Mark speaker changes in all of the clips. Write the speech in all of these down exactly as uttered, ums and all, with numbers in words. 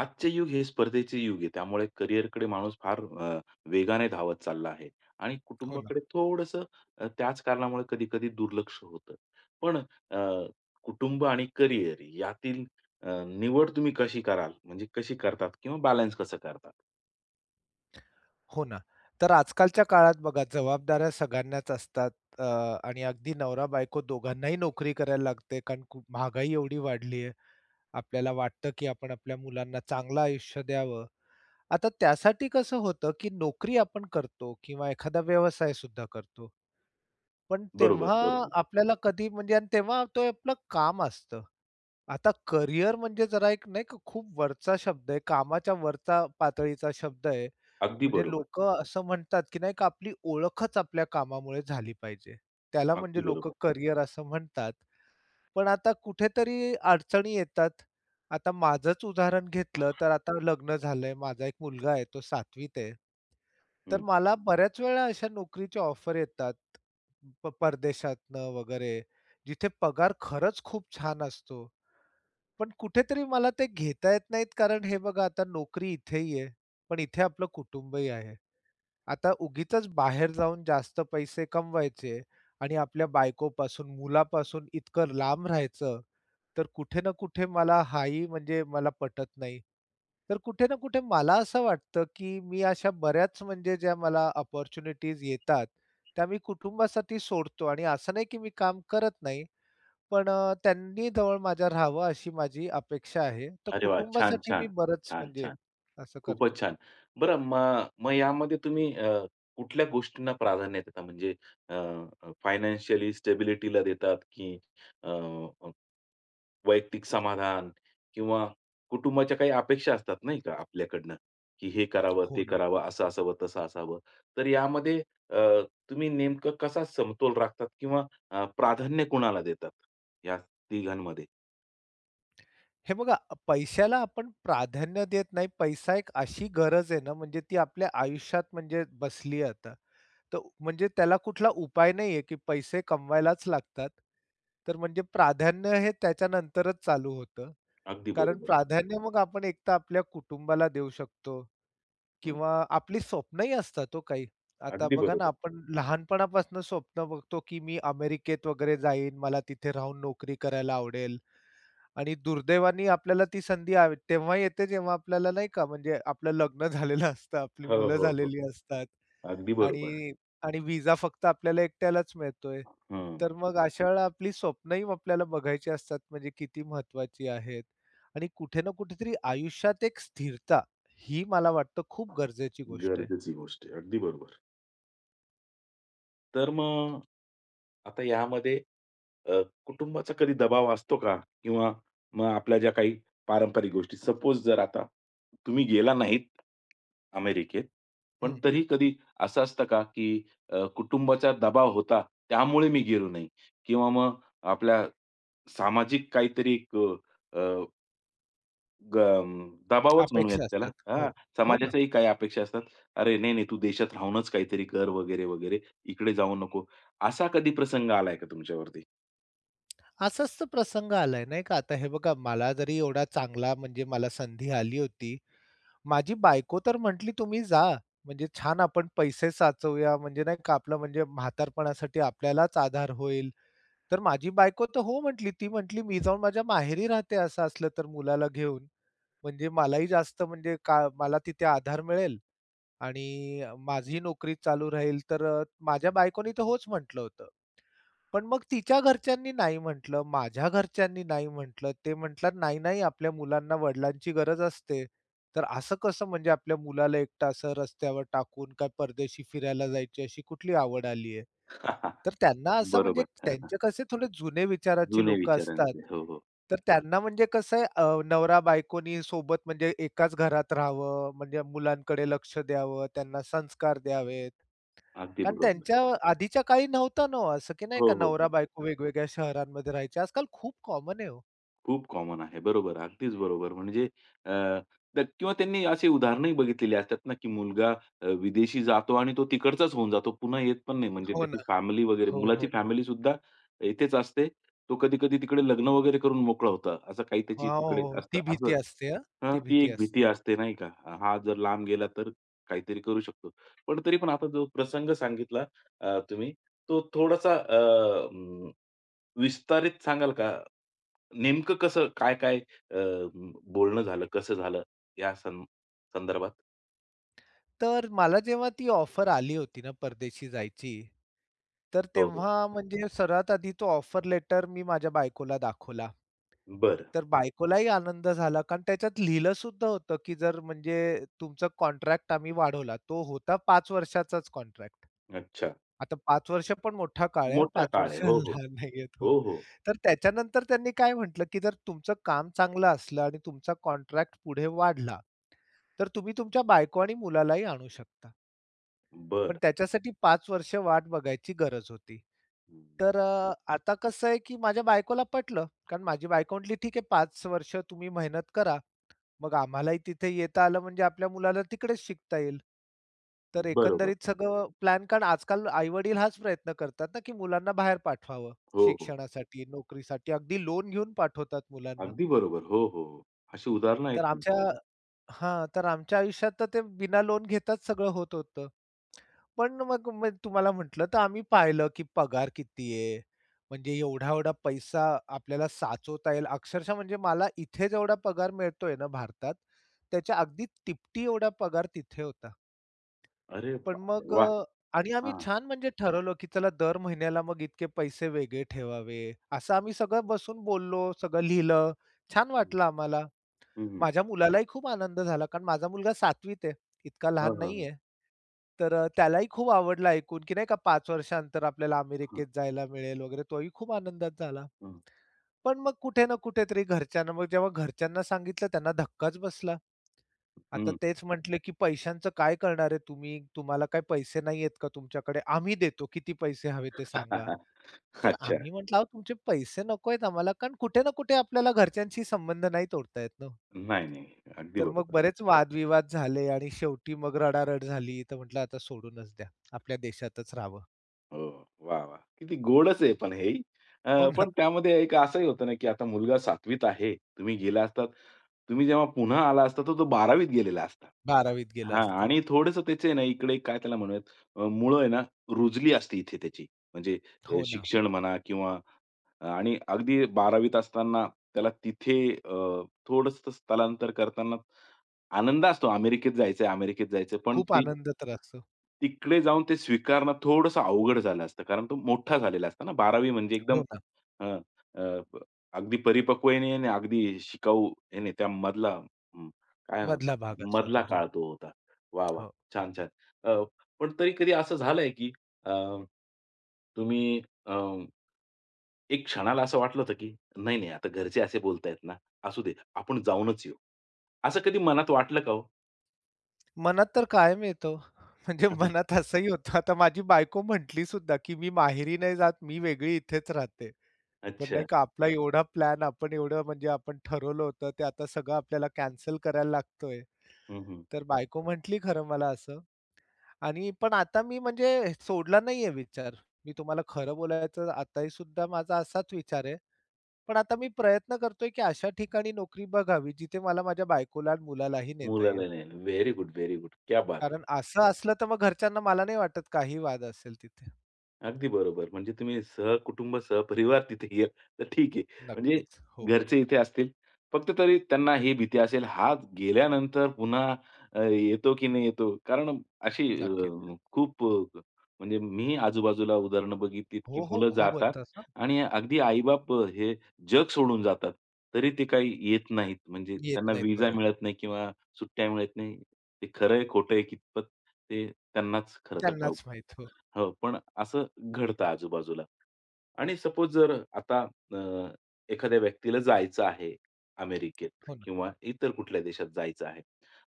Speaker 1: आजचे युग हे स्पर्धेचे युग आहे. त्यामुळे करिअरकडे माणूस फार अ, वेगाने धावत चालला आहे आणि
Speaker 2: हो ना,
Speaker 1: कुटुंबाकडे थोडंसं. अ, त्याच कारणामुळे कधी-कधी दुर्लक्ष होतं. पण अ, कुटुंब आणि करिअर यातील अ, निवड तुम्ही कशी कराल? म्हणजे कशी करतात किंवा बॅलन्स कसं करतात?
Speaker 2: हो ना. तर आजकालच्या काळात बघा जबाबदाऱ्या सगळ्यांनाच असतात अ, आणि अगदी नवरा-बायको दोघांनाही नोकरी करायला लागते कारण खूप महागाई एवढी वाढली आहे. आपल्याला वाटतं, की आपण आपल्या मुलांना चांगलं आयुष्य द्यावं. आता त्यासाठी कसं होतं, की नोकरी आपण करतो किंवा एखादा व्यवसाय सुद्धा करतो. पण
Speaker 1: बरोबर,
Speaker 2: तेव्हा
Speaker 1: बरोबर.
Speaker 2: आपल्याला कधी म्हणजे आणि तेव्हा ते आपलं काम असतं. आता करियर म्हणजे जरा एक नाही का खूप वरचा शब्द आहे, कामाच्या वरचा पातळीचा शब्द आहे.
Speaker 1: अगदी
Speaker 2: म्हणजे
Speaker 1: बरोबर.
Speaker 2: लोक असं म्हणतात, की नाही का आपली ओळखच आपल्या कामामुळे झाली पाहिजे. त्याला
Speaker 1: अगदी
Speaker 2: म्हणजे लोक
Speaker 1: बरोबर.
Speaker 2: करियर असं म्हणतात. पण आता कुठेतरी अडचणी येतात. आता माझंच उदाहरण घेतलं तर आता लग्न झालंय, माझा एक मुलगा आहे तो सातवीत आहे. तर
Speaker 1: हं.
Speaker 2: मला बऱ्याच वेळा अशा नोकरीच्या ऑफर येतात प परदेशातनं वगैरे, जिथे पगार खरंच खूप छान असतो. पण कुठेतरी मला ते घेता येत नाहीत कारण हे बघा आता नोकरी इथेही आहे, पण इथे आपलं कुटुंबही आहे. आता उगीचच बाहेर जाऊन जास्त पैसे कमवायचे आणि आपल्या बायकोपासून, मुलापासून इतकं लांब राहायचं, तर कुठे ना कुठे मला हाही म्हणजे मला पटत नाही. तर कुठे ना कुठे मला असं वाटतं, की मी अशा बऱ्याच म्हणजे ज्या मला अपॉर्च्युनिटीज येतात, त्या मी कुटुंबासाठी सोडतो आणि असं नाही की मी काम करत नाही, पण अ, त्यांनी जवळ माझ्या राहावं अशी माझी अपेक्षा आहे. तर
Speaker 1: अरे वाह! छान,
Speaker 2: कुटुंबासाठी मी
Speaker 1: छान.
Speaker 2: बरंच
Speaker 1: छान,
Speaker 2: म्हणजे
Speaker 1: छान.
Speaker 2: असं करतो.
Speaker 1: खूपच छान. बरं, मग मग यामध्ये तुम्ही अ, कुठल्या गोष्टींना प्राधान्य देता? म्हणजे अ, अ, फायनान्शियली स्टॅबिलिटीला देतात की अ, अ, वैयक्तिक समाधान किंवा कुटुंबाच्या काही अपेक्षा असतात नाही का आपल्याकडनं, की हे करावं,
Speaker 2: हो
Speaker 1: ते
Speaker 2: ना.
Speaker 1: करावं, असं असावं, तसं असावं. तर यामध्ये अ, तुम्ही नेमकं कसा समतोल राखतात किंवा अ, प्राधान्य कुणाला देतात? या तिघांमध्ये?
Speaker 2: हे बघा, पैशाला आपण प्राधान्य देत नाही. पैसा एक अशी गरज आहे ना, म्हणजे ती आपल्या आयुष्यात म्हणजे बसली आहे आता. तर म्हणजे त्याला कुठला उपाय नाहीये, की पैसे कमवायलाच लागतात. तर म्हणजे प्राधान्य हे त्याच्यानंतरच चालू होतं.
Speaker 1: अगदी
Speaker 2: कारण
Speaker 1: बरोबर.
Speaker 2: प्राधान्य मग आपण एकतर आपल्या कुटुंबाला देऊ शकतो
Speaker 1: हं.
Speaker 2: किंवा आपली स्वप्नही असतात हो काही. आता
Speaker 1: अगदी
Speaker 2: बघा ना,
Speaker 1: बरोबर.
Speaker 2: आपण लहानपणापासून स्वप्न बघतो, की मी अमेरिकेत वगैरे जाईन, मला तिथे राहून नोकरी करायला आवडेल. आणि दुर्दैवाने आपल्याला ती संधी आ तेव्हा येते जेव्हा आपल्याला नाही का म्हणजे आपलं लग्न झालेलं असतं, आपली
Speaker 1: हो,
Speaker 2: मुलं
Speaker 1: हो, हो.
Speaker 2: झालेली असतात
Speaker 1: अगदी बरोबर.
Speaker 2: आणि आणि व्हिसा फक्त आपल्याला एकट्यालाच मिळतोय.
Speaker 1: हं.
Speaker 2: तर मग अशा वेळेला आपली स्वप्नही आपल्याला बघायची असतात म्हणजे किती महत्वाची आहेत आणि कुठे ना कुठेतरी आयुष्यात एक स्थिरता ही मला वाटतं खूप गरजेची गोष्ट आहे.
Speaker 1: गरजेची गोष्ट आहे. अगदी बरोबर. तर मग आता यामध्ये अ, कुटुंबाचा कधी दबाव असतो का? किंवा मग आपल्या ज्या काही पारंपरिक गोष्टी सपोज जर आता तुम्ही गेला नाहीत अमेरिकेत, पण
Speaker 2: हं,
Speaker 1: तरी कधी असं असतं का, की अ, कुटुंबाचा दबाव होता त्यामुळे मी गेलो नाही किंवा मग आपल्या सामाजिक काहीतरी एक ग दबावच म्हणूयात
Speaker 2: अपेक्षा
Speaker 1: त्याला.
Speaker 2: असतात. हो,
Speaker 1: हां,
Speaker 2: हो ना.
Speaker 1: समाजाच्याही काही अपेक्षा असतात. "अरे, नाही, नाही, तू देशात राहूनच काहीतरी कर" वगैरे, वगैरे. "इकडे जाऊ नको." असा कधी प्रसंग आलाय का तुमच्यावरती?
Speaker 2: असाच तर प्रसंग आलाय नाही का. आता हे बघा मला जरी एवढा चांगला म्हणजे मला संधी आली होती. माझी बायको तर म्हटली, "तुम्ही जा. म्हणजे छान आपण पैसे साचवूया, म्हणजे नाही का आपलं म्हणजे म्हातारपणासाठी आपल्यालाच आधार होईल." तर माझी बायको तर हो म्हटली. ती म्हटली, "मी जाऊन माझ्या माहेरी राहते असं असलं तर मुलाला घेऊन. म्हणजे मलाही जास्त म्हणजे का मला तिथे आधार मिळेल आणि माझी नोकरी चालू राहील." तर अ, माझ्या बायकोनी तर होच म्हटलं होतं. पण मग तिच्या घरच्यांनी नाही म्हटलं, माझ्या घरच्यांनी नाही म्हटलं. ते म्हटलात, "नाही, नाही, आपल्या मुलांना वडिलांची गरज असते." तर असं कसं म्हणजे आपल्या मुलाला एकटं असं रस्त्यावर टाकून काय परदेशी फिरायला जायची अशी कुठली आवड आली आहे? तर त्यांना असं म्हणजे
Speaker 1: बरोबर. हां,
Speaker 2: त्यांचे कसे थोडे जुने विचाराची
Speaker 1: जुने
Speaker 2: लोकं असतात.
Speaker 1: विचारांचे. हो, हो.
Speaker 2: तर त्यांना म्हणजे कसं आहे अ, नवरा-बायकोनी सोबत म्हणजे एकाच घरात राहावं, म्हणजे मुलांकडे लक्ष द्यावं, त्यांना संस्कार द्यावेत.
Speaker 1: अगदी
Speaker 2: कारण
Speaker 1: बरोबर.
Speaker 2: त्यांच्या आधीच्या काळी नव्हतं ना हो असं, की नाही
Speaker 1: हो,
Speaker 2: का
Speaker 1: हो, हो.
Speaker 2: नवरा-बायको वेगवेगळ्या शहरांमध्ये राहायचे. आजकाल खूप कॉमन आहे हो.
Speaker 1: खूप कॉमन आहे. बरोबर, अगदीच बरोबर. म्हणजे अ, तर किंवा त्यांनी अशी उदाहरणंही बघितलेली असतात ना, की मुलगा अ, विदेशी जातो आणि तो तिकडचाच होऊन जातो. पुन्हा येत पण नाही. म्हणजे
Speaker 2: हो
Speaker 1: त्याची
Speaker 2: ना.
Speaker 1: फॅमिली वगैरे
Speaker 2: हो,
Speaker 1: मुलाची
Speaker 2: हो, हो.
Speaker 1: फॅमिलीसुद्धा इथेच असते. तो कधी-कधी तिकडे लग्न वगैरे करून मोकळा होता. असं काही त्याची
Speaker 2: हां, हो,
Speaker 1: तिकडे
Speaker 2: हो.
Speaker 1: असतं.
Speaker 2: ती
Speaker 1: असं.
Speaker 2: भीती असते हां,
Speaker 1: हां,
Speaker 2: ती
Speaker 1: ती
Speaker 2: भीती
Speaker 1: एक भीती
Speaker 2: असते.
Speaker 1: असते नाही का? हा जर लांब गेला तर काहीतरी करू शकतो. पण तरी पण आता जो प्रसंग सांगितला अ, तुम्ही तो थोडासा अ, अं, विस्तारित सांगाल का? नेमकं कसं, काय-काय अ, म, बोलणं झालं, कसं झालं या सं संदर्भात?
Speaker 2: तर मला जेव्हा ती ऑफर आली होती ना परदेशी जायची तर
Speaker 1: हो, हो.
Speaker 2: तेव्हा म्हणजे सर्वात आधी तो ऑफर लेटर मी माझ्या बायकोला दाखवला.
Speaker 1: बरं.
Speaker 2: तर बायकोलाही आनंद झाला, कारण त्याच्यात लिहिलं सुद्धा होतं, की जर म्हणजे तुमचा कॉन्ट्रॅक्ट आम्ही वाढवला. तो होता पाच वर्षाचाच कॉन्ट्रॅक्ट.
Speaker 1: अच्छा.
Speaker 2: आता पाच वर्ष पण मोठा काळ आहे.
Speaker 1: मोठा
Speaker 2: पाच
Speaker 1: काळ आहे.
Speaker 2: वर्ष
Speaker 1: हो, हो.
Speaker 2: लहान नाहीयेत. तो
Speaker 1: हो, हो.
Speaker 2: तर त्याच्यानंतर त्यांनी काय म्हटलं, की जर तुमचं काम चांगलं असलं आणि तुमचा कॉन्ट्रॅक्ट पुढे वाढला, तर तुम्ही तुमच्या बायको आणि मुलालाही आणू शकता. पण
Speaker 1: बरं.
Speaker 2: त्याच्यासाठी पाच वर्ष वाट बघायची गरज होती.
Speaker 1: हं.
Speaker 2: तर अ, आता कसं आहे, की माझ्या बायकोला पटलं. कारण माझी बायको म्हटली, "ठीक आहे पाच वर्ष तुम्ही मेहनत करा. मग आम्हालाही तिथे येता आलं म्हणजे आपल्या मुलाला तिकडेच शिकता येईल." तर
Speaker 1: बरोबर.
Speaker 2: एकंदरीत सगळं प्लॅन कारण आजकाल आई-वडील हाच प्रयत्न करतात ना, की मुलांना बाहेर पाठवावं
Speaker 1: हो, हो.
Speaker 2: शिक्षणासाठी, नोकरीसाठी. अगदी लोन घेऊन पाठवतात मुलांना.
Speaker 1: अगदी बरोबर. हो, हो, हो. अशी उदाहरणं आहेत
Speaker 2: तर
Speaker 1: ना.
Speaker 2: आमच्या हां, तर आमच्या आयुष्यात तर ते बिना लोन घेताच सगळं होत होतं. पण मग मी तुम्हाला म्हटलं, तर आम्ही पाहिलं की पगार किती आहे? म्हणजे एवढा-एवढा पैसा आपल्याला साचवता येईल. अक्षरशः म्हणजे मला इथे जेवढा पगार मिळतोय ना भारतात, त्याच्या अगदी तिपटी एवढा पगार तिथे होता.
Speaker 1: अरे
Speaker 2: पण
Speaker 1: बापरे!
Speaker 2: मग
Speaker 1: वाह!
Speaker 2: अ, आणि आम्ही
Speaker 1: हां.
Speaker 2: छान म्हणजे ठरवलं की चला दर महिन्याला मग इतके पैसे वेगळे ठेवावे. असं आम्ही सगळं बसून बोललो, सगळं लिहिलं. छान
Speaker 1: हं,
Speaker 2: वाटलं आम्हाला.
Speaker 1: हं.
Speaker 2: माझ्या मुलालाही खूप आनंद झाला, कारण माझा मुलगा सातवीत आहे, इतका
Speaker 1: हं,
Speaker 2: लहान
Speaker 1: हं, हं.
Speaker 2: नाहीये. तर अ, त्यालाही खूप आवडलं ऐकून, की नाही का पाच वर्षानंतर आपल्याला
Speaker 1: हं,
Speaker 2: अमेरिकेत जायला मिळेल वगैरे, तोही खूप आनंदात झाला.
Speaker 1: हं.
Speaker 2: पण मग कुठे ना कुठेतरी घरच्यांना मग जेव्हा घरच्यांना सांगितलं त्यांना धक्काच बसला. आता तेच म्हटले, की "पैशांचं काय करणार आहे तुम्ही? तुम्हाला काय पैसे नाहीयेत का तुमच्याकडे? आम्ही देतो, किती पैसे हवे ते सांगा." तर
Speaker 1: अच्छा.
Speaker 2: आम्ही म्हटलं, "अहो तुमचे पैसे नको आहेत आम्हाला." कारण कुठे ना कुठे आपल्याला घरच्यांशी संबंध नाही तोडता येत ना
Speaker 1: नाही, नाही. अगदी
Speaker 2: तर मग
Speaker 1: बरोबर.
Speaker 2: बरेच वादविवाद झाले आणि शेवटी मग रडारड झाली. तर म्हटलं आता सोडूनच द्या. आपल्या देशातच राहावं.
Speaker 1: हो. वाह, वाह! किती गोडच आहे पण हेही.
Speaker 2: हो
Speaker 1: अ,
Speaker 2: ना.
Speaker 1: पण त्यामध्ये एक असंही होतं ना, की आता मुलगा सातवी आहे. तुम्ही गेला असतात. तुम्ही जेव्हा पुन्हा आला असता, तर तो बारावी त गेलेला असता.
Speaker 2: बारावीत गेलं
Speaker 1: हां,
Speaker 2: असतं.
Speaker 1: आणि थोडंसं त्याचे ना इकडे काय त्याला म्हणूयात अ, मुळं आहे ना रुजली असती इथे त्याची. म्हणजे अ,
Speaker 2: हो ना.
Speaker 1: शिक्षण म्हणा किंवा अं, आणि अगदी बारावी असताना त्याला तिथे अ, स्थलांतर करताना आनंद असतो अमेरिकेत जायचंय, अमेरिकेत जायचंय. पण
Speaker 2: खूप
Speaker 1: ती
Speaker 2: आनंद तर असतो.
Speaker 1: तिकडे जाऊन ते स्वीकारणं थोडंसं अवघड झालं असतं. कारण तो मोठा झालेला असतो ना. बारावी म्हणजे एकदम
Speaker 2: हो ना.
Speaker 1: अ, अ, ब अगदी परिपक्व ही नाही आणि अगदी शिकाऊ हे नाही. त्यामधला हं, काय म्हणतात,
Speaker 2: मधला भाग असतो तो.
Speaker 1: मधला
Speaker 2: हो,
Speaker 1: काळ तो होता. वाह! वाह!
Speaker 2: हो.
Speaker 1: छान, छान. अ, पण तरी कधी असं झालंय की अ, तुम्ही अ, एक क्षणाला असं वाटलं होतं की नाही, नाही आता घरचे असे बोलतायत ना, असू दे आपण जाऊनच येऊ. असं कधी मनात वाटलं का हो?
Speaker 2: मनात तर कायम येतो. म्हणजे
Speaker 1: हां,
Speaker 2: मनात असंही होतं. आता माझी बायको म्हटली सुद्धा, की "मी माहेरी नाही जात. मी वेगळी इथेच राहते." पण नाही
Speaker 1: अच्छा.
Speaker 2: का आपला एवढा प्लॅन आपण एवढं म्हणजे आपण ठरवलं होतं, ते आता सगळं आपल्याला कॅन्सल करायला लागतोय.
Speaker 1: हं, हं.
Speaker 2: तर बायको म्हटली खरं मला असं, आणि पण आता मी म्हणजे सोडला नाहीये विचार. मी तुम्हाला खरं बोलायचं आताही सुद्धा माझा असाच विचार आहे. पण आता मी प्रयत्न करतोय, की अशा ठिकाणी नोकरी बघावी, जिथे मला माझ्या बायकोला आणि मुलालाही नेता येईल.
Speaker 1: मुलाला नाही. Very good, very good. क्या बात है!
Speaker 2: कारण असं असलं तर मग घरच्यांना मला नाही वाटत काही वाद असेल तिथे.
Speaker 1: अगदी बरोबर. म्हणजे तुम्ही सहकुटुंब, सहपरिवार तिथे गेला तर ठीक आहे. म्हणजे
Speaker 2: नक्कीच. हो,
Speaker 1: घरचे इथे असतील. फक्त तरी त्यांना ही भीती असेल, हा गेल्यानंतर पुन्हा अ, येतो की नाही येतो? कारण अशी अ,
Speaker 2: नक्कीच.
Speaker 1: खूप अ, म्हणजे मी आजूबाजूला उदाहरणं बघितलीत, की
Speaker 2: हो, हो.
Speaker 1: मुलं
Speaker 2: खूप
Speaker 1: जातात
Speaker 2: होताच ना.
Speaker 1: आणि अगदी आई अ, हे जग सोडून जातात. तरी ते काही येत नाहीत. म्हणजे
Speaker 2: येत
Speaker 1: त्यांना
Speaker 2: नाहीत
Speaker 1: व्हिसा
Speaker 2: परत.
Speaker 1: मिळत नाही किंवा सुट्ट्या मिळत नाही. ते खरं आहे, कितपत ते त्यांनाच खरं तर ठाऊक.
Speaker 2: त्यांनाच माहीत. हो,
Speaker 1: हो, पण असं घडतं आजूबाजूला. आणि सपोज जर आता अ, एखाद्या व्यक्तीला जायचं आहे अमेरिकेत
Speaker 2: हो ना.
Speaker 1: किंवा इतर कुठल्या देशात जायचं आहे.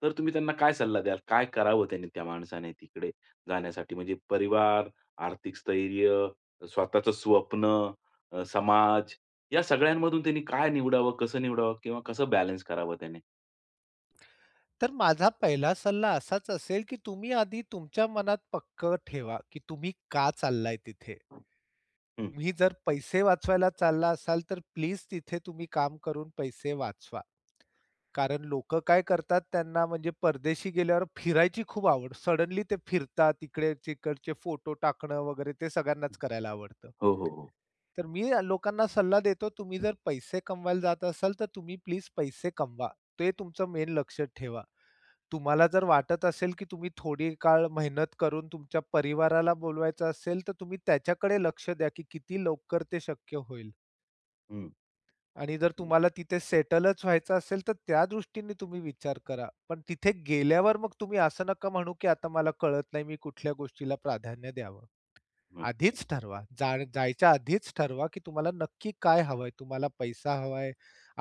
Speaker 1: तर तुम्ही त्यांना काय सल्ला द्याल? काय करावं त्याने त्या माणसाने तिकडे जाण्यासाठी? म्हणजे परिवार, आर्थिक स्थैर्य, स्वतःचं स्वप्न, अ, समाज या सगळ्यांमधून त्यांनी काय निवडावं, कसं निवडावं किंवा कसं बॅलन्स करावं त्याने?
Speaker 2: तर माझा पहिला सल्ला असाच असेल, की तुम्ही आधी तुमच्या मनात पक्कं ठेवा, की तुम्ही का चाललाय तिथे?
Speaker 1: हं.
Speaker 2: तुम्ही जर पैसे वाचवायला चालला असाल, तर प्लीज तिथे तुम्ही काम करून पैसे वाचवा. कारण लोक काय करतात त्यांना म्हणजे परदेशी गेल्यावर फिरायची खूप आवड. सडनली ते फिरतात, इकडे-तिकडचे फोटो टाकणं वगैरे ते सगळ्यांनाच करायला आवडतं.
Speaker 1: हो, हो, हो.
Speaker 2: तर मी लोकांना सल्ला देतो, तुम्ही जर पैसे कमवायला जात असाल, तर तुम्ही प्लीज पैसे कमवा. ते तुमचं मेन लक्ष ठेवा. तुम्हाला जर वाटत असेल, की तुम्ही थोडी काळ मेहनत करून तुमच्या परिवाराला बोलवायचं असेल, तर तुम्ही त्याच्याकडे लक्ष द्या, की किती लवकर ते शक्य होईल.
Speaker 1: हं,
Speaker 2: आणि जर तुम्हाला तिथे सेटलच व्हायचं असेल, तर त्या दृष्टीने तुम्ही विचार करा. पण तिथे गेल्यावर मग तुम्ही असं नका म्हणू, की आता मला कळत नाही मी कुठल्या गोष्टीला प्राधान्य द्यावं.
Speaker 1: हं.
Speaker 2: आधीच ठरवा. जा जायच्या आधीच ठरवा, की तुम्हाला नक्की काय हवंय. तुम्हाला पैसा हवाय,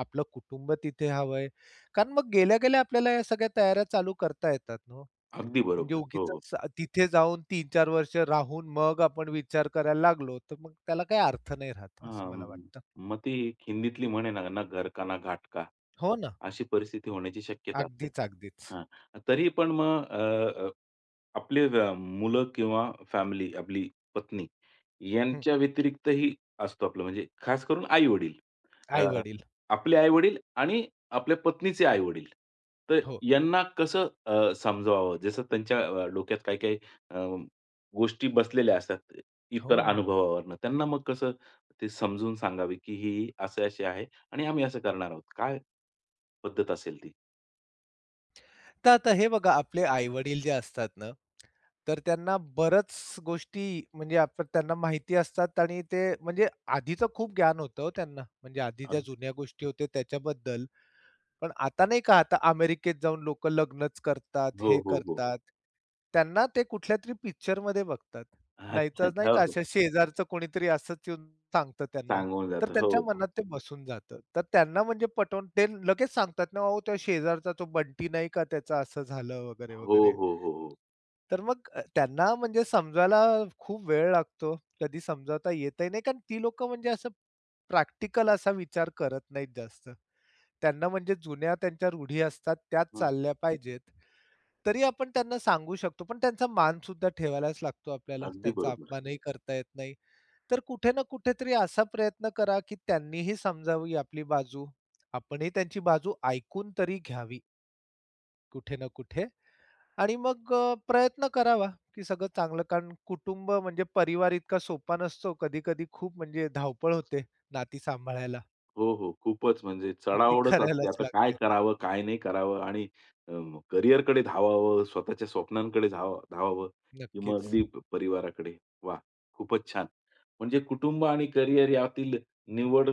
Speaker 2: आपलं कुटुंब तिथे हवंय. कारण मग गेल्या-गेल्या आपल्याला या सगळ्या तयाऱ्या चालू करता येतात ना हो.
Speaker 1: अगदी
Speaker 2: म्हणजे
Speaker 1: बरोबर. हो, हो.
Speaker 2: उगीचच तिथे जाऊन तीन-चार वर्ष राहून मग आपण विचार करायला लागलो, तर मग त्याला काही अर्थ नाही राहत, असं
Speaker 1: हां,
Speaker 2: मला वाटतं.
Speaker 1: मग ती एक हिंदीतली म्हण आहे ना, "ना घर का ना घाट का."
Speaker 2: हो ना.
Speaker 1: अशी परिस्थिती होण्याची शक्यता असते.
Speaker 2: अगदीच, अगदीच.
Speaker 1: हां, तरी पण मग आपले अ, मुलं किंवा फॅमिली, आपली पत्नी
Speaker 2: हं.
Speaker 1: यांच्या व्यतिरिक्तही असतो आपलं म्हणजे खास करून आई-वडील. अ,
Speaker 2: आई-वडील.
Speaker 1: आपले आई-वडील आणि आपल्या पत्नीचे आई-वडील. तर
Speaker 2: हो.
Speaker 1: यांना कसं अ, समजवावं? जसं त्यांच्या अ, डोक्यात काही-काही अ, गोष्टी बसलेल्या असतात इतर
Speaker 2: हो, हो.
Speaker 1: अनुभवावरून. त्यांना मग कसं ते समजून सांगावे, की ही असे-असे आहे आणि आम्ही असं करणार आहोत. काय पद्धत असेल ती?
Speaker 2: तर आता हे बघा आपले आई-वडील जे असतात ना, तर त्यांना बऱ्याच गोष्टी म्हणजे आपण त्यांना माहिती असतात आणि ते म्हणजे आधीचं खूप ज्ञान होतं हो त्यांना. म्हणजे आधी ज्या
Speaker 1: अगदी.
Speaker 2: जुन्या गोष्टी होत्या त्याच्याबद्दल. पण आता नाही का, आता अमेरिकेत जाऊन लोकं लग्नच करतात,
Speaker 1: हो,
Speaker 2: हे
Speaker 1: हो, हो.
Speaker 2: करतात. त्यांना ते कुठल्यातरी पिक्चरमध्ये बघतात.
Speaker 1: अच्छा.
Speaker 2: नाहीतर नाही
Speaker 1: हो,
Speaker 2: का
Speaker 1: हो.
Speaker 2: अशा शेजारचं कोणीतरी असंच येऊन सांगतं त्यांना.
Speaker 1: सांगून
Speaker 2: तर
Speaker 1: जातं. हो.
Speaker 2: त्यांच्या मनात ते बसून जातं. तर त्यांना म्हणजे पटवून ते लगेच सांगतात ना, "अहो, त्या शेजारचा तो बंटी नाही का त्याचं असं झालं" वगैरे,
Speaker 1: हो,
Speaker 2: वगैरे.
Speaker 1: हो, हो, हो.
Speaker 2: तर मग अ, त्यांना म्हणजे समजायला खूप वेळ लागतो. कधी समजावता येतही नाही कारण ती लोकं म्हणजे असं प्रॅक्टिकल असा विचार करत नाहीत जास्त. त्यांना म्हणजे जुन्या त्यांच्या रूढी असतात त्याच
Speaker 1: हं.
Speaker 2: चालल्या पाहिजेत. तरी आपण त्यांना सांगू शकतो, पण त्यांचा मान सुद्धा ठेवायलाच लागतो आपल्याला.
Speaker 1: अगदी
Speaker 2: त्यांचा
Speaker 1: बरोबर.
Speaker 2: अपमानही करता येत नाही. तर कुठे ना कुठेतरी असा प्रयत्न करा, की त्यांनीही समजावी आपली बाजू. आपणही त्यांची बाजू ऐकून तरी घ्यावी कुठे ना कुठे आणि मग अ, प्रयत्न करावा, की सगळं चांगलं कारण कुटुंब म्हणजे परिवार इतका सोपा नसतो. कधी-कधी खूप म्हणजे धावपळ होते नाती सांभाळायला.
Speaker 1: हो, हो. खूपच म्हणजे
Speaker 2: तर ती
Speaker 1: चढाओढच असते.
Speaker 2: करायलाच
Speaker 1: आता काय
Speaker 2: लागते.
Speaker 1: करावं, काय नाही करावं आणि अ, करिअरकडे धावावं, स्वतःच्या स्वप्नांकडे धाव धावावं किंवा
Speaker 2: नक्कीच,
Speaker 1: अगदी प- परिवाराकडे. वाह! खूपच छान. म्हणजे कुटुंब आणि करिअर यातील निवड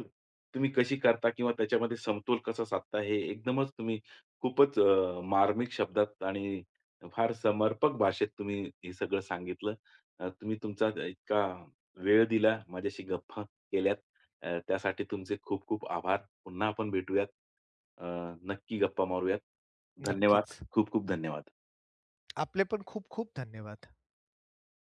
Speaker 1: तुम्ही कशी करता किंवा त्याच्यामध्ये समतोल कसा साधता हे एकदमच तुम्ही खूपच अ, मार्मिक शब्दात आणि फार समर्पक भाषेत तुम्ही हे सगळं सांगितलं. अ, तुम्ही तुमचा इतका वेळ दिला, माझ्याशी गप्पा केल्यात अ, त्यासाठी तुमचे खूप खूप आभार. पुन्हा आपण भेटूयात. अ, नक्की गप्पा मारूयात. धन्यवाद.
Speaker 2: नक्कीच.
Speaker 1: खूप खूप धन्यवाद.
Speaker 2: आपले पण खूप खूप धन्यवाद.